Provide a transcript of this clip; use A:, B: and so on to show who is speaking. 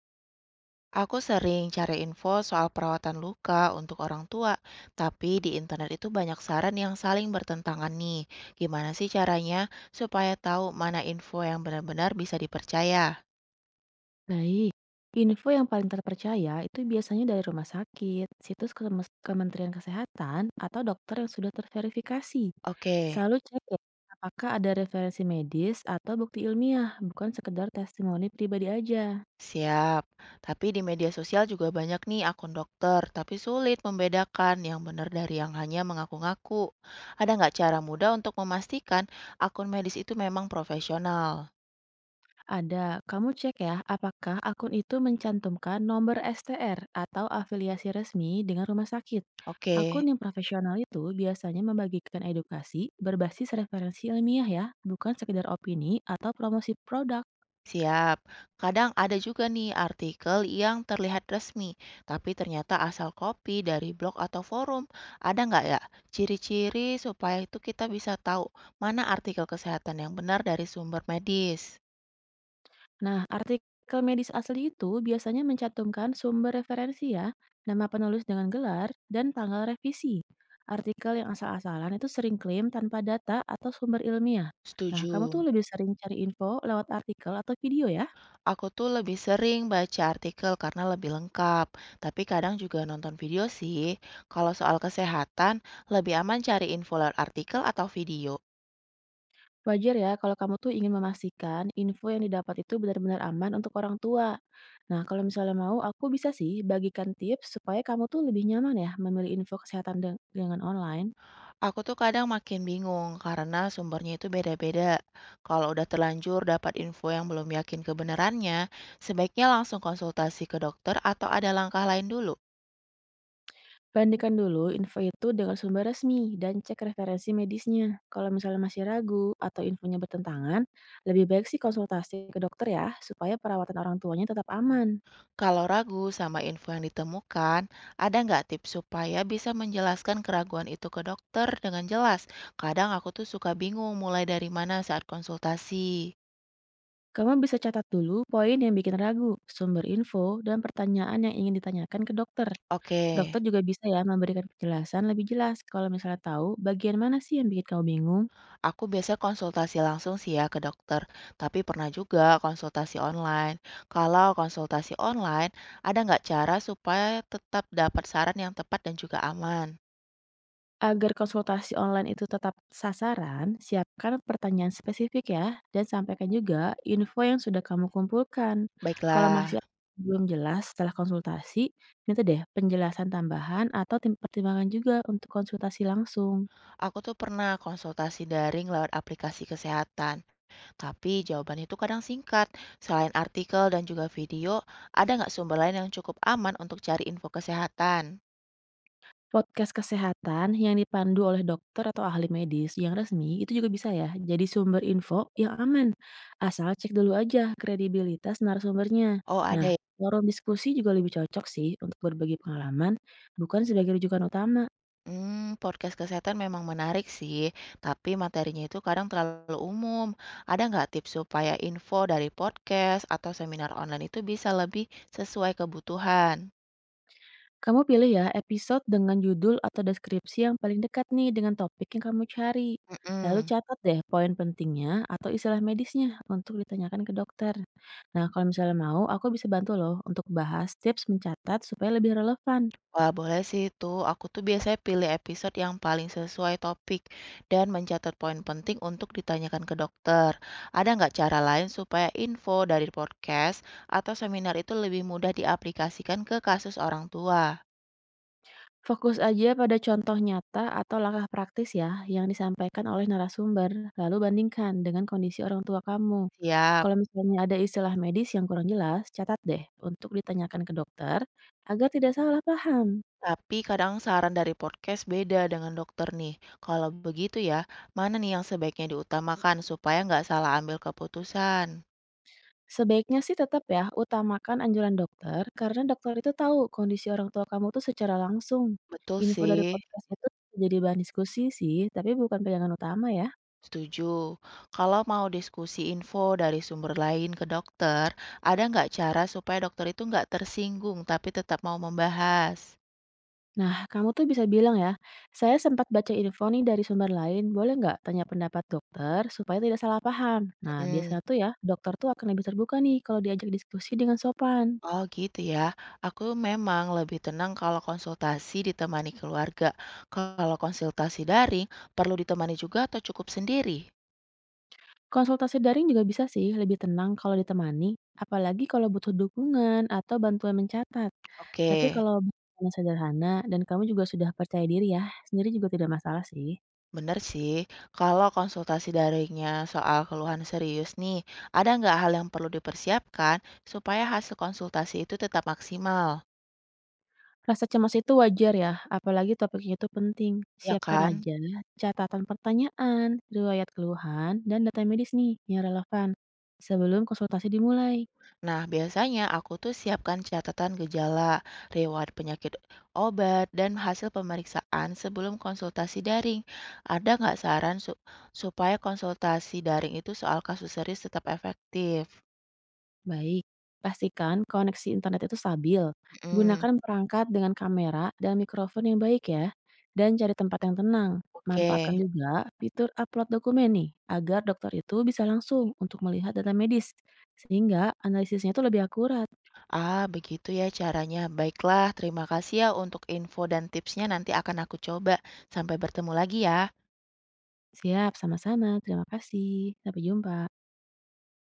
A: Aku sering cari info soal perawatan luka untuk orang tua, tapi di internet itu banyak saran yang saling bertentangan nih. Gimana sih caranya supaya tahu mana info yang benar-benar bisa dipercaya?
B: Baik, info yang paling terpercaya itu biasanya dari rumah sakit, situs Kementerian Kesehatan, atau dokter yang sudah terverifikasi.
A: Oke,
B: Selalu cek ya, apakah ada referensi medis atau bukti ilmiah, bukan sekedar testimoni pribadi aja.
A: siap. Tapi di media sosial juga banyak nih akun dokter, tapi sulit membedakan yang benar dari yang hanya mengaku-ngaku. Ada nggak cara mudah untuk memastikan akun medis itu memang profesional?
B: Ada, kamu cek ya, apakah akun itu mencantumkan nomor STR atau afiliasi resmi dengan rumah sakit.
A: Oke.
B: Akun yang profesional itu biasanya membagikan edukasi berbasis referensi ilmiah ya, bukan sekedar opini atau promosi produk.
A: Siap. Kadang ada juga nih artikel yang terlihat resmi, tapi ternyata asal copy dari blog atau forum. Ada nggak ya ciri-ciri supaya itu kita bisa tahu mana artikel kesehatan yang benar dari sumber medis?
B: Nah, artikel medis asli itu biasanya mencantumkan sumber referensi ya, nama penulis dengan gelar, dan tanggal revisi. Artikel yang asal-asalan itu sering klaim tanpa data atau sumber ilmiah. Nah, kamu tuh
A: Setuju.
B: lebih sering cari info lewat artikel atau video ya.
A: Aku tuh lebih sering baca artikel karena lebih lengkap, tapi kadang juga nonton video sih. Kalau soal kesehatan, lebih aman cari info lewat artikel atau video.
B: Wajar ya kalau kamu tuh ingin memastikan info yang didapat itu benar-benar aman untuk orang tua. Nah, kalau misalnya mau, aku bisa sih bagikan tips supaya kamu tuh lebih nyaman ya memilih info kesehatan dengan online.
A: Aku tuh kadang makin bingung karena sumbernya itu beda-beda. Kalau udah terlanjur dapat info yang belum yakin kebenarannya, sebaiknya langsung konsultasi ke dokter atau ada langkah lain dulu.
B: Bandingkan dulu info itu dengan sumber resmi dan cek referensi medisnya. Kalau misalnya masih ragu atau infonya bertentangan, lebih baik sih konsultasi ke dokter ya, supaya perawatan orang tuanya tetap aman.
A: Kalau ragu sama info yang ditemukan, ada nggak tips supaya bisa menjelaskan keraguan itu ke dokter dengan jelas? Kadang aku tuh suka bingung mulai dari mana saat konsultasi.
B: Kamu bisa catat dulu poin yang bikin ragu, sumber info, dan pertanyaan yang ingin ditanyakan ke dokter.
A: Oke.
B: Dokter juga bisa ya memberikan penjelasan lebih jelas kalau misalnya tahu bagian mana sih yang bikin kamu bingung.
A: Aku biasa konsultasi langsung sih ya ke dokter, tapi pernah juga konsultasi online. Kalau konsultasi online, ada nggak cara supaya tetap dapat saran yang tepat dan juga aman?
B: Agar konsultasi online itu tetap sasaran, siapkan pertanyaan spesifik ya, dan sampaikan juga info yang sudah kamu kumpulkan. Kalau
A: Baiklah,
B: masih belum jelas setelah konsultasi, minta deh penjelasan tambahan atau pertimbangan juga untuk konsultasi langsung.
A: aku tuh pernah konsultasi daring lewat aplikasi kesehatan, tapi jawaban itu kadang singkat. Selain artikel dan juga video, ada nggak sumber lain yang cukup aman untuk cari info kesehatan?
B: Podcast kesehatan yang dipandu oleh dokter atau ahli medis yang resmi itu juga bisa ya jadi sumber info yang aman. Asal cek dulu aja kredibilitas narasumbernya.
A: Oh,
B: Nah,
A: ada.
B: forum diskusi juga lebih cocok sih untuk berbagi pengalaman, bukan sebagai rujukan utama.
A: Hmm, podcast kesehatan memang menarik sih, tapi materinya itu kadang terlalu umum. Ada nggak tips supaya info dari podcast atau seminar online itu bisa lebih sesuai kebutuhan?
B: Kamu pilih ya episode dengan judul atau deskripsi yang paling dekat nih dengan topik yang kamu cari. Lalu
A: Mhm.
B: catat deh poin pentingnya atau istilah medisnya untuk ditanyakan ke dokter. Nah, kalau misalnya mau, aku bisa bantu loh untuk bahas tips mencatat supaya lebih relevan.
A: Wah, boleh sih itu. Aku tuh biasanya pilih episode yang paling sesuai topik dan mencatat poin penting untuk ditanyakan ke dokter. Ada nggak cara lain supaya info dari podcast atau seminar itu lebih mudah diaplikasikan ke kasus orang tua?
B: Fokus aja pada contoh nyata atau langkah praktis ya yang disampaikan oleh narasumber, lalu bandingkan dengan kondisi orang tua kamu.
A: Siap.
B: Kalau misalnya ada istilah medis yang kurang jelas, catat deh untuk ditanyakan ke dokter agar tidak salah paham.
A: Tapi kadang saran dari podcast beda dengan dokter nih. Kalau begitu ya, mana nih yang sebaiknya diutamakan supaya nggak salah ambil keputusan?
B: Sebaiknya sih tetap ya, utamakan anjuran dokter, karena dokter itu tahu kondisi orang tua kamu tuh secara langsung.
A: Betul
B: Info dari
A: sih,
B: podcast itu jadi bahan diskusi sih, tapi bukan pegangan utama ya.
A: setuju. Kalau mau diskusi info dari sumber lain ke dokter, ada nggak cara supaya dokter itu nggak tersinggung tapi tetap mau membahas?
B: Nah, kamu tuh bisa bilang ya, saya sempat baca info nih dari sumber lain, boleh nggak tanya pendapat dokter supaya tidak salah paham? Nah,
A: Mm.
B: biasanya tuh ya, dokter tuh akan lebih terbuka nih kalau diajak diskusi dengan sopan.
A: Oh gitu ya, aku memang lebih tenang kalau konsultasi ditemani keluarga. Kalau konsultasi daring, perlu ditemani juga atau cukup sendiri?
B: Konsultasi daring juga bisa sih lebih tenang kalau ditemani, apalagi kalau butuh dukungan atau bantuan mencatat.
A: Oke,
B: Tapi kalau bahasannya sederhana dan kamu juga sudah percaya diri ya, sendiri juga tidak masalah sih.
A: bener sih. Kalau konsultasi daringnya soal keluhan serius nih, ada nggak hal yang perlu dipersiapkan supaya hasil konsultasi itu tetap maksimal?
B: Rasa cemas itu wajar ya, apalagi topiknya itu penting.
A: Ya
B: Siapkan
A: kan?
B: aja catatan pertanyaan, riwayat keluhan, dan data medis nih yang relevan sebelum konsultasi dimulai.
A: Nah, biasanya aku tuh siapkan catatan gejala, riwayat penyakit obat, dan hasil pemeriksaan sebelum konsultasi daring. Ada nggak saran supaya konsultasi daring itu soal kasus serius tetap efektif?
B: Baik, pastikan koneksi internet itu stabil.
A: Mm,
B: Gunakan perangkat dengan kamera dan mikrofon yang baik ya. Dan cari tempat yang tenang. Manfaatkan
A: oke.
B: juga fitur upload dokumen nih, agar dokter itu bisa langsung untuk melihat data medis. Sehingga analisisnya itu lebih akurat.
A: Ah, begitu ya caranya. Baiklah, terima kasih ya untuk info dan tipsnya. Nanti akan aku coba. Sampai bertemu lagi ya.
B: Siap, sama-sama. Terima kasih. Sampai jumpa.